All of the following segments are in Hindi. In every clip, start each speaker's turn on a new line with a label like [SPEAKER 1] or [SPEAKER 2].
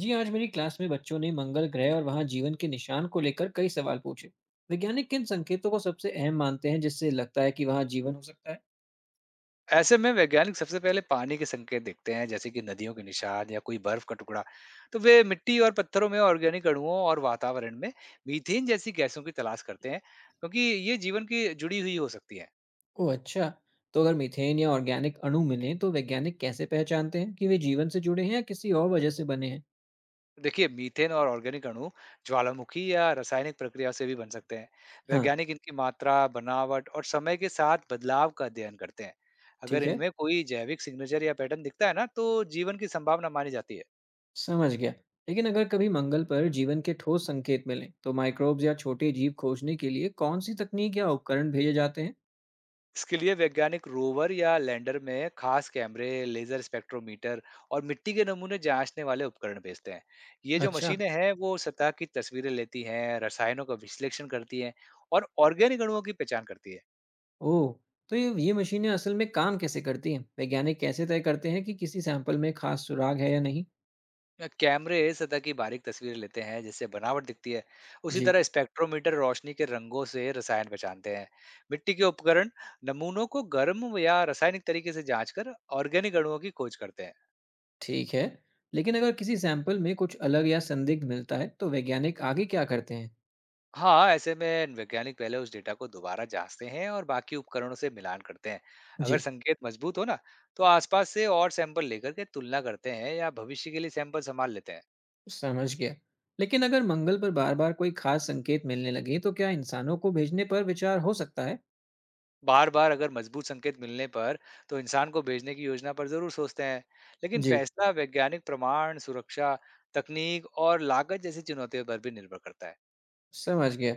[SPEAKER 1] जी, आज मेरी क्लास में बच्चों ने मंगल ग्रह और वहां जीवन के निशान को लेकर कई सवाल पूछे। वैज्ञानिक किन संकेतों को सबसे अहम मानते हैं जिससे लगता है कि वहां जीवन हो
[SPEAKER 2] ऐसे में वैज्ञानिक सबसे पहले पानी के संकेत देखते हैं, जैसे कि नदियों के निशान या कोई बर्फ का टुकड़ा। तो वे मिट्टी और पत्थरों में ऑर्गेनिक अणुओं और वातावरण में मीथेन जैसी गैसों की तलाश करते हैं, क्योंकि ये जीवन की जुड़ी हुई हो सकती है।
[SPEAKER 1] सकता? ओह अच्छा। तो अगर मीथेन या ऑर्गेनिक अणु मिले तो वैज्ञानिक कैसे पहचानते हैं कि वे जीवन से जुड़े हैं या किसी और वजह से बने हैं?
[SPEAKER 2] देखिए, मीथेन और ऑर्गेनिक अणु ज्वालामुखी या रासायनिक प्रक्रिया से भी बन सकते हैं।
[SPEAKER 1] हाँ।
[SPEAKER 2] वैज्ञानिक इनकी मात्रा, बनावट और समय के साथ बदलाव का अध्ययन करते हैं। अगर
[SPEAKER 1] ठीक है,
[SPEAKER 2] इनमें कोई जैविक सिग्नेचर या पैटर्न दिखता है ना, तो जीवन की संभावना मानी जाती है।
[SPEAKER 1] समझ गया। लेकिन अगर कभी मंगल पर जीवन के ठोस संकेत मिले तो माइक्रोब्स या छोटे जीव खोजने के लिए कौन सी तकनीक या उपकरण भेजे जाते हैं?
[SPEAKER 2] इसके लिए वैज्ञानिक रोवर या लैंडर में खास कैमरे, लेजर स्पेक्ट्रोमीटर और मिट्टी के नमूने जांचने वाले उपकरण भेजते हैं। ये जो
[SPEAKER 1] अच्छा।
[SPEAKER 2] मशीनें हैं, वो सतह की तस्वीरें लेती हैं, रसायनों का विश्लेषण करती हैं और ऑर्गेनिक अणुओं की पहचान करती है।
[SPEAKER 1] ओह! तो ये मशीनें असल में काम कैसे करती हैं? वैज्ञानिक कैसे तय करते हैं कि किसी सैंपल में खास सुराग है या नहीं?
[SPEAKER 2] कैमरे सतह की बारीक तस्वीरें लेते हैं, जिससे बनावट दिखती है। उसी
[SPEAKER 1] जी।
[SPEAKER 2] तरह स्पेक्ट्रोमीटर रोशनी के रंगों से रसायन पहचानते हैं। मिट्टी के उपकरण नमूनों को गर्म या रासायनिक तरीके से जांचकर ऑर्गेनिक अणुओं की खोज करते हैं।
[SPEAKER 1] ठीक है। लेकिन अगर किसी सैंपल में कुछ अलग या संदिग्ध मिलता है, तो वैज्ञानिक आगे क्या करते हैं?
[SPEAKER 2] हाँ, ऐसे में वैज्ञानिक पहले उस डेटा को दोबारा जांचते हैं और बाकी उपकरणों से मिलान करते हैं। अगर
[SPEAKER 1] जी।
[SPEAKER 2] संकेत मजबूत हो ना, तो आसपास से और सैंपल लेकर के तुलना करते हैं या भविष्य के लिए सैंपल संभाल लेते हैं।
[SPEAKER 1] समझ गया। लेकिन अगर मंगल पर बार-बार कोई खास संकेत मिलने लगे, तो क्या इंसानों को भेजने पर विचार हो सकता है?
[SPEAKER 2] बार बार अगर मजबूत संकेत मिलने पर तो इंसान को भेजने की योजना पर जरूर सोचते हैं, लेकिन
[SPEAKER 1] जी।
[SPEAKER 2] फैसला वैज्ञानिक प्रमाण, सुरक्षा, तकनीक और लागत जैसी चुनौतियों पर भी निर्भर करता है।
[SPEAKER 1] समझ गया।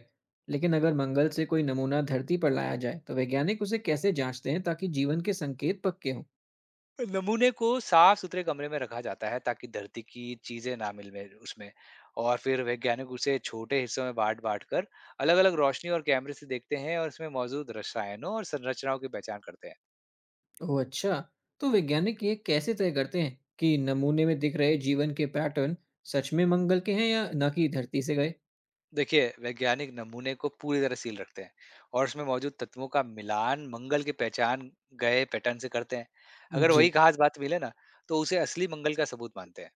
[SPEAKER 1] लेकिन अगर मंगल से कोई नमूना धरती पर लाया जाए, तो वैज्ञानिक उसे कैसे जांचते हैं ताकि जीवन के संकेत पक्के हों?
[SPEAKER 2] नमूने को साफ-सुथरे कमरे में रखा जाता है, ताकि धरती की चीज़ें ना मिल में उसमें, और फिर वैज्ञानिक उसे छोटे हिस्सों में बाँट-बाँट कर अलग-अलग रोशनी और कैमरे से देखते हैं और इसमें मौजूद रसायनों और संरचनाओं की पहचान करते हैं।
[SPEAKER 1] ओह अच्छा। तो वैज्ञानिक ये कैसे तय करते हैं कि नमूने में दिख रहे जीवन के पैटर्न सच में मंगल के हैं या ना कि धरती से गए?
[SPEAKER 2] देखिए, वैज्ञानिक नमूने को पूरी तरह सील रखते हैं और उसमें मौजूद तत्वों का मिलान मंगल की पहचान गए पैटर्न से करते हैं। अगर वही
[SPEAKER 1] जी।
[SPEAKER 2] खास बात मिले ना, तो उसे असली मंगल का सबूत मानते हैं।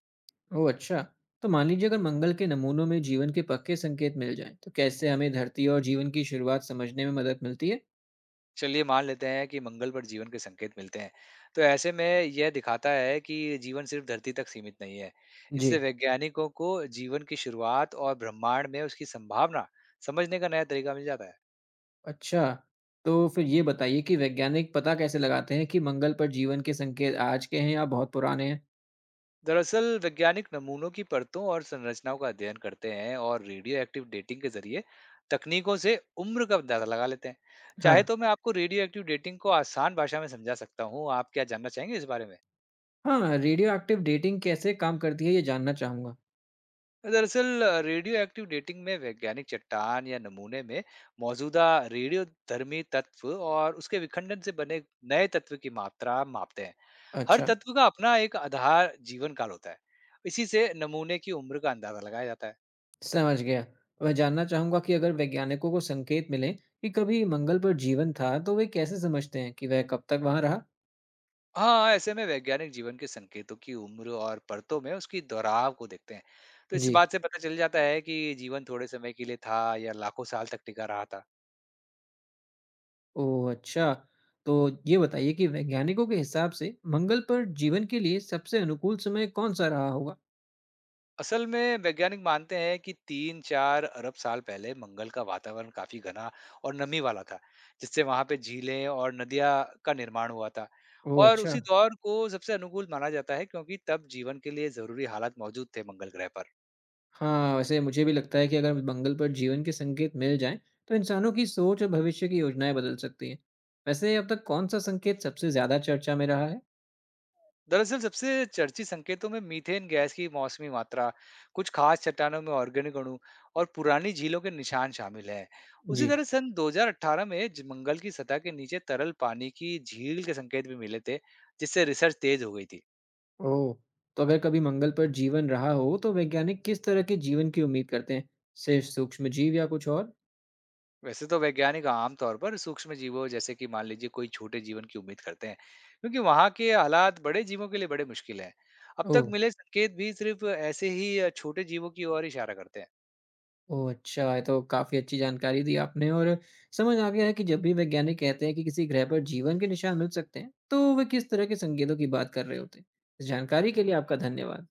[SPEAKER 1] ओह अच्छा। तो मान लीजिए अगर मंगल के नमूनों में जीवन के पक्के संकेत मिल जाएं तो कैसे हमें धरती और जीवन की शुरुआत समझने में मदद मिलती है?
[SPEAKER 2] चलिए, मान लेते हैं कि मंगल पर जीवन के संकेत मिलते हैं, तो ऐसे में यह दिखाता है कि जीवन सिर्फ धरती तक सीमित नहीं है।
[SPEAKER 1] जी।
[SPEAKER 2] इससे वैज्ञानिकों को जीवन की शुरुआत और ब्रह्मांड में उसकी संभावना समझने का नया तरीका मिल जाता है।
[SPEAKER 1] अच्छा। तो फिर ये बताइए कि वैज्ञानिक पता कैसे लगाते हैं कि मंगल पर जीवन के संकेत आज के हैं या बहुत पुराने हैं?
[SPEAKER 2] दरअसल वैज्ञानिक नमूनों की परतों और संरचनाओं का अध्ययन करते हैं और रेडियो एक्टिव डेटिंग के जरिए तकनीकों से उम्र का अंदाजा लगा लेते हैं।
[SPEAKER 1] हाँ।
[SPEAKER 2] चाहे तो मैं आपको रेडियो एक्टिव डेटिंग को आसान भाषा में समझा सकता हूँ। आप क्या जानना चाहेंगे इस बारे में?
[SPEAKER 1] हाँ, रेडियो एक्टिव डेटिंग कैसे काम करती है ये जानना चाहूंगा।
[SPEAKER 2] दरअसल रेडियो एक्टिव डेटिंग में वैज्ञानिक चट्टान या नमूने में मौजूदा रेडियो धर्मी तत्व और उसके विखंडन से बने नए तत्व की मात्रा मापते हैं। हर
[SPEAKER 1] अच्छा।
[SPEAKER 2] तत्व का अपना एक आधार जीवन काल होता है, इसी से नमूने की उम्र का अंदाजा लगाया जाता है।
[SPEAKER 1] समझ गया। मैं जानना चाहूँगा कि अगर वैज्ञानिकों को संकेत मिलें कि कभी मंगल पर जीवन था, तो वे कैसे समझते हैं कि वह कब तक वहाँ रहा?
[SPEAKER 2] हाँ, ऐसे में वैज्ञानिक जीवन के संकेतों की उम्र और परतों में उसकी दोहराव को देखते हैं। तो इस
[SPEAKER 1] जी।
[SPEAKER 2] बात से पता चल जाता है कि जीवन थोड़े समय के लिए था या लाखों साल तक टिका रहा था।
[SPEAKER 1] ओह! अच्छा। तो ये बताइए कि वैज्ञानिकों के हिसाब से मंगल पर जीवन के लिए सबसे अनुकूल समय कौन-सा रहा होगा?
[SPEAKER 2] असल में वैज्ञानिक मानते हैं कि 3-4 अरब साल पहले मंगल का वातावरण काफी घना और नमी वाला था, जिससे वहां पे झीलें और नदियां का निर्माण हुआ था।
[SPEAKER 1] ओह!
[SPEAKER 2] और
[SPEAKER 1] अच्छा।
[SPEAKER 2] उसी दौर को सबसे अनुकूल माना जाता है, क्योंकि तब जीवन के लिए जरूरी हालात मौजूद थे मंगल ग्रह पर।
[SPEAKER 1] हाँ, वैसे मुझे भी लगता है कि अगर मंगल पर जीवन के संकेत मिल जाएँ, तो इंसानों की सोच और भविष्य की योजनाएँ बदल सकती हैं। वैसे अब तक कौन-सा संकेत सबसे ज़्यादा चर्चा में रहा है?
[SPEAKER 2] दरअसल सबसे चर्चित संकेतों में मीथेन गैस की मौसमी मात्रा, कुछ खास चट्टानों में ऑर्गेनिक अणु और पुरानी झीलों के निशान शामिल हैं। उसी
[SPEAKER 1] जी।
[SPEAKER 2] तरह सन 2018 में मंगल की सतह के नीचे तरल पानी की झील के संकेत भी मिले थे, जिससे रिसर्च तेज हो गई थी।
[SPEAKER 1] ओह! तो अगर कभी मंगल पर जीवन रहा हो, तो वैज्ञानिक किस तरह के जीवन की उम्मीद करते हैं? सिर्फ सूक्ष्मजीव या कुछ और?
[SPEAKER 2] वैसे तो वैज्ञानिक आमतौर पर सूक्ष्म जीवों, जैसे कि मान लीजिए, कोई छोटे जीवन की उम्मीद करते हैं, क्योंकि वहाँ के हालात बड़े जीवों के लिए बड़े मुश्किल हैं। अब तक
[SPEAKER 1] ओह!
[SPEAKER 2] मिले संकेत भी सिर्फ ऐसे ही छोटे जीवों की ओर इशारा करते हैं।
[SPEAKER 1] ओह, अच्छा, ये तो काफ़ी अच्छी जानकारी दी आपने, और समझ आ गया है कि जब भी वैज्ञानिक कहते हैं कि किसी ग्रह पर जीवन के निशान मिल सकते हैं, तो वे किस तरह के संकेतों की बात कर रहे होते हैं। इस जानकारी के लिए आपका धन्यवाद।